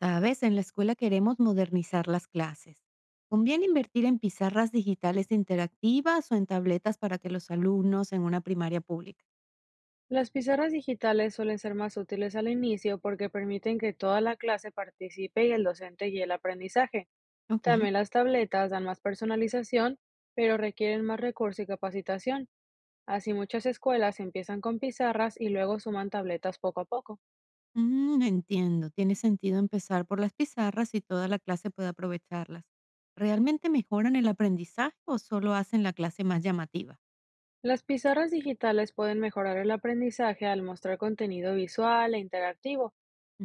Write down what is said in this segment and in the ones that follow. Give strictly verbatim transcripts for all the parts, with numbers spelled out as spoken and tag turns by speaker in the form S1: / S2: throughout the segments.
S1: Sabes, en la escuela queremos modernizar las clases. ¿Conviene invertir en pizarras digitales interactivas o en tabletas para que los alumnos en una primaria pública?
S2: Las pizarras digitales suelen ser más útiles al inicio porque permiten que toda la clase participe y el docente guíe el aprendizaje.
S1: Ok.
S2: También las tabletas dan más personalización, pero requieren más recursos y capacitación. Así muchas escuelas empiezan con pizarras y luego suman tabletas poco a poco.
S1: Mm, entiendo, tiene sentido empezar por las pizarras y toda la clase puede aprovecharlas. ¿Realmente mejoran el aprendizaje o solo hacen la clase más llamativa?
S2: Las pizarras digitales pueden mejorar el aprendizaje al mostrar contenido visual e interactivo.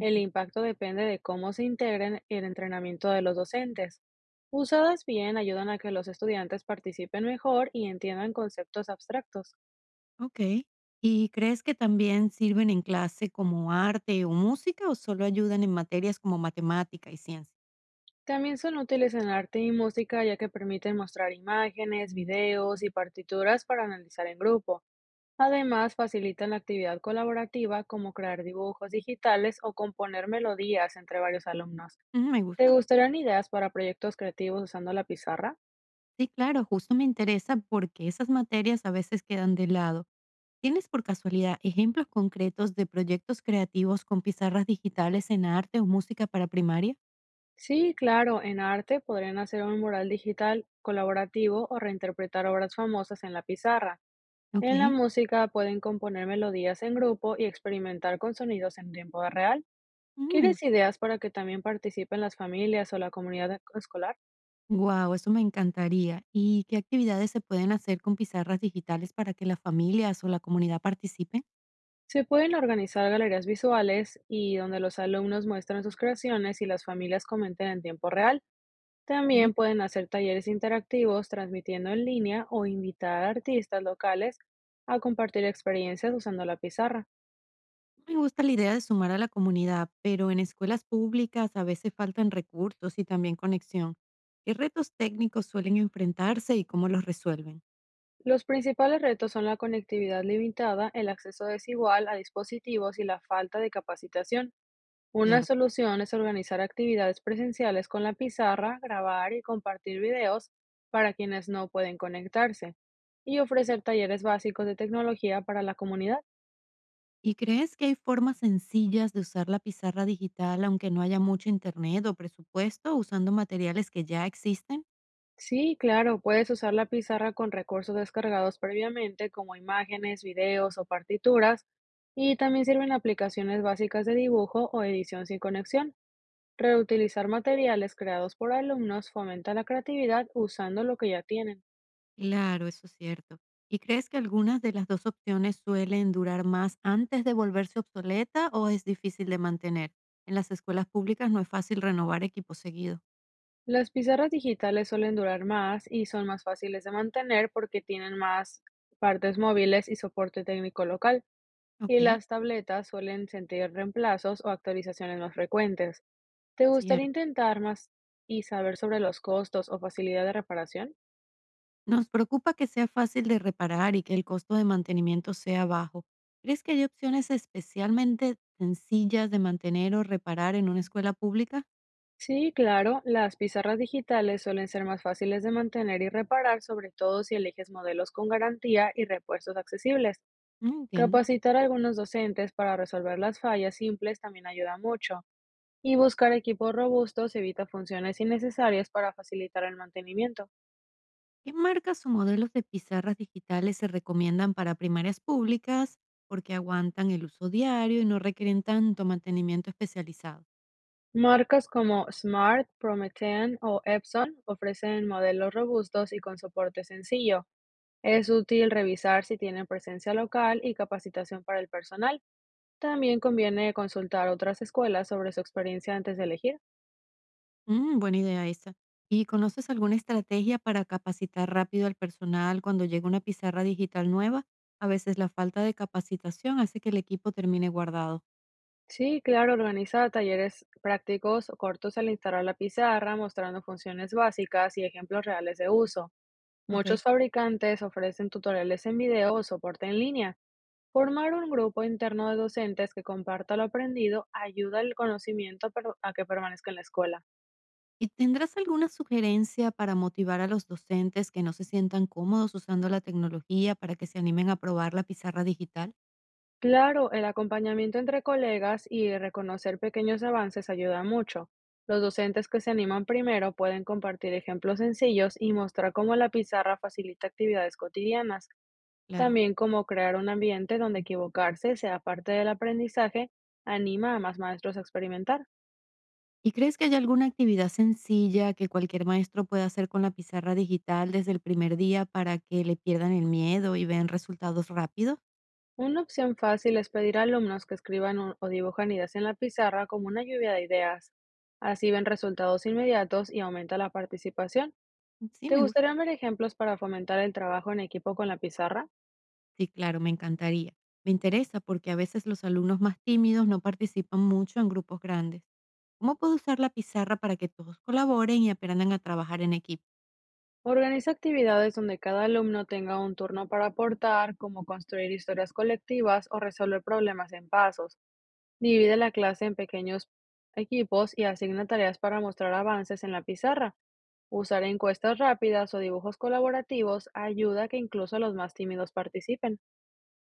S2: El impacto depende de cómo se integren el entrenamiento de los docentes. Usadas bien, ayudan a que los estudiantes participen mejor y entiendan conceptos abstractos.
S1: Ok. ¿Y crees que también sirven en clase como arte o música o solo ayudan en materias como matemática y ciencia?
S2: También son útiles en arte y música ya que permiten mostrar imágenes, videos y partituras para analizar en grupo. Además, facilitan la actividad colaborativa como crear dibujos digitales o componer melodías entre varios alumnos.
S1: Mm, me
S2: ¿Te
S1: gusta.
S2: gustarían ideas para proyectos creativos usando la pizarra?
S1: Sí, claro, justo me interesa porque esas materias a veces quedan de lado. ¿Tienes por casualidad ejemplos concretos de proyectos creativos con pizarras digitales en arte o música para primaria?
S2: Sí, claro, en arte podrían hacer un mural digital colaborativo o reinterpretar obras famosas en la pizarra. En la
S1: Ok.
S2: música pueden componer melodías en grupo y experimentar con sonidos en tiempo real.
S1: Mm, me
S2: ¿Quieres
S1: gusta.
S2: ideas para que también participen las familias o la comunidad escolar?
S1: Wow, eso me encantaría. ¿Y qué actividades se pueden hacer con pizarras digitales para que las familias o la comunidad participen?
S2: Se pueden organizar galerías visuales y donde los alumnos muestran sus creaciones y las familias comenten en tiempo real.
S1: Ok.
S2: También pueden hacer talleres interactivos transmitiendo en línea o invitar a artistas locales a compartir experiencias usando la pizarra.
S1: Me gusta la idea de sumar a la comunidad, pero en escuelas públicas a veces faltan recursos y también conexión. ¿Qué retos técnicos suelen enfrentarse y cómo los resuelven?
S2: Los principales retos son la conectividad limitada, el acceso desigual a dispositivos y la falta de capacitación. Una
S1: Cierto.
S2: solución es organizar actividades presenciales con la pizarra, grabar y compartir videos para quienes no pueden conectarse y ofrecer talleres básicos de tecnología para la comunidad.
S1: ¿Y crees que hay formas sencillas de usar la pizarra digital aunque no haya mucho internet o presupuesto usando materiales que ya existen?
S2: Sí, claro, puedes usar la pizarra con recursos descargados previamente, como imágenes, videos o partituras, y también sirven aplicaciones básicas de dibujo o edición sin conexión. Reutilizar materiales creados por alumnos fomenta la creatividad usando lo que ya tienen.
S1: Claro, eso es cierto. ¿Y crees que algunas de las dos opciones suelen durar más antes de volverse obsoleta o es difícil de mantener? En las escuelas públicas no es fácil renovar equipos seguido.
S2: Las pizarras digitales suelen durar más y son más fáciles de mantener porque tienen más partes móviles y soporte técnico local.
S1: Ok,
S2: Y las tabletas suelen sentir reemplazos o actualizaciones más frecuentes. ¿Te gustaría
S1: cierto.
S2: intentar más y saber sobre los costos o facilidad de reparación?
S1: Nos preocupa que sea fácil de reparar y que el costo de mantenimiento sea bajo. ¿Crees que hay opciones especialmente sencillas de mantener o reparar en una escuela pública?
S2: Sí, claro, las pizarras digitales suelen ser más fáciles de mantener y reparar, sobre todo si eliges modelos con garantía y repuestos accesibles.
S1: No entiendo.
S2: Capacitar a algunos docentes para resolver las fallas simples también ayuda mucho, y buscar equipos robustos evita funciones innecesarias para facilitar el mantenimiento.
S1: ¿Qué marcas o modelos de pizarras digitales se recomiendan para primarias públicas porque aguantan el uso diario y no requieren tanto mantenimiento especializado?
S2: Marcas como Smart, Promethean o Epson ofrecen modelos robustos y con soporte sencillo. Es útil revisar si tienen presencia local y capacitación para el personal. También conviene consultar otras escuelas sobre su experiencia antes de elegir.
S1: Mm, buena idea esa. ¿Y conoces alguna estrategia para capacitar rápido al personal cuando llega una pizarra digital nueva? A veces la falta de capacitación hace que el equipo termine guardado.
S2: Sí, claro, organiza talleres prácticos o cortos al instalar la pizarra, mostrando funciones básicas y ejemplos reales de uso.
S1: Ok.
S2: Muchos fabricantes ofrecen tutoriales en video o soporte en línea. Formar un grupo interno de docentes que comparta lo aprendido ayuda al conocimiento a per- a que permanezca en la escuela.
S1: ¿Y tendrás alguna sugerencia para motivar a los docentes que no se sientan cómodos usando la tecnología para que se animen a probar la pizarra digital?
S2: Claro, el acompañamiento entre colegas y reconocer pequeños avances ayuda mucho. Los docentes que se animan primero pueden compartir ejemplos sencillos y mostrar cómo la pizarra facilita actividades cotidianas,
S1: Claro.
S2: también cómo crear un ambiente donde equivocarse sea parte del aprendizaje, anima a más maestros a experimentar.
S1: ¿Y crees que hay alguna actividad sencilla que cualquier maestro pueda hacer con la pizarra digital desde el primer día para que le pierdan el miedo y vean resultados rápidos?
S2: Una opción fácil es pedir a alumnos que escriban o o dibujan ideas en la pizarra como una lluvia de ideas. Así ven resultados inmediatos y aumenta la participación.
S1: Sí,
S2: ¿Te
S1: me
S2: gustaría
S1: gusta.
S2: ver ejemplos para fomentar el trabajo en equipo con la pizarra?
S1: Sí, claro, me encantaría. Me interesa porque a veces los alumnos más tímidos no participan mucho en grupos grandes. ¿Cómo puedo usar la pizarra para que todos colaboren y aprendan a trabajar en equipo?
S2: Organiza actividades donde cada alumno tenga un turno para aportar, como construir historias colectivas o resolver problemas en pasos. Divide la clase en pequeños equipos y asigna tareas para mostrar avances en la pizarra. Usar encuestas rápidas o dibujos colaborativos ayuda a que incluso los más tímidos participen.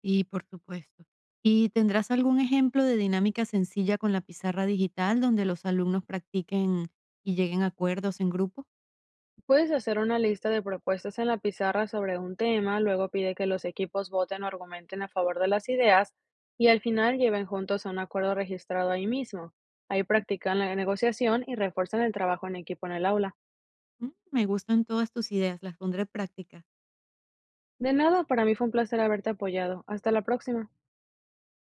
S1: Y por supuesto. ¿Y tendrás algún ejemplo de dinámica sencilla con la pizarra digital donde los alumnos practiquen y lleguen a acuerdos en grupo?
S2: Puedes hacer una lista de propuestas en la pizarra sobre un tema, luego pide que los equipos voten o argumenten a favor de las ideas y al final lleven juntos a un acuerdo registrado ahí mismo. Ahí practican la negociación y refuerzan el trabajo en equipo en el aula.
S1: Mm, mm, Me gustan todas tus ideas, las pondré en práctica.
S2: De nada, para mí fue un placer haberte apoyado. Hasta la próxima.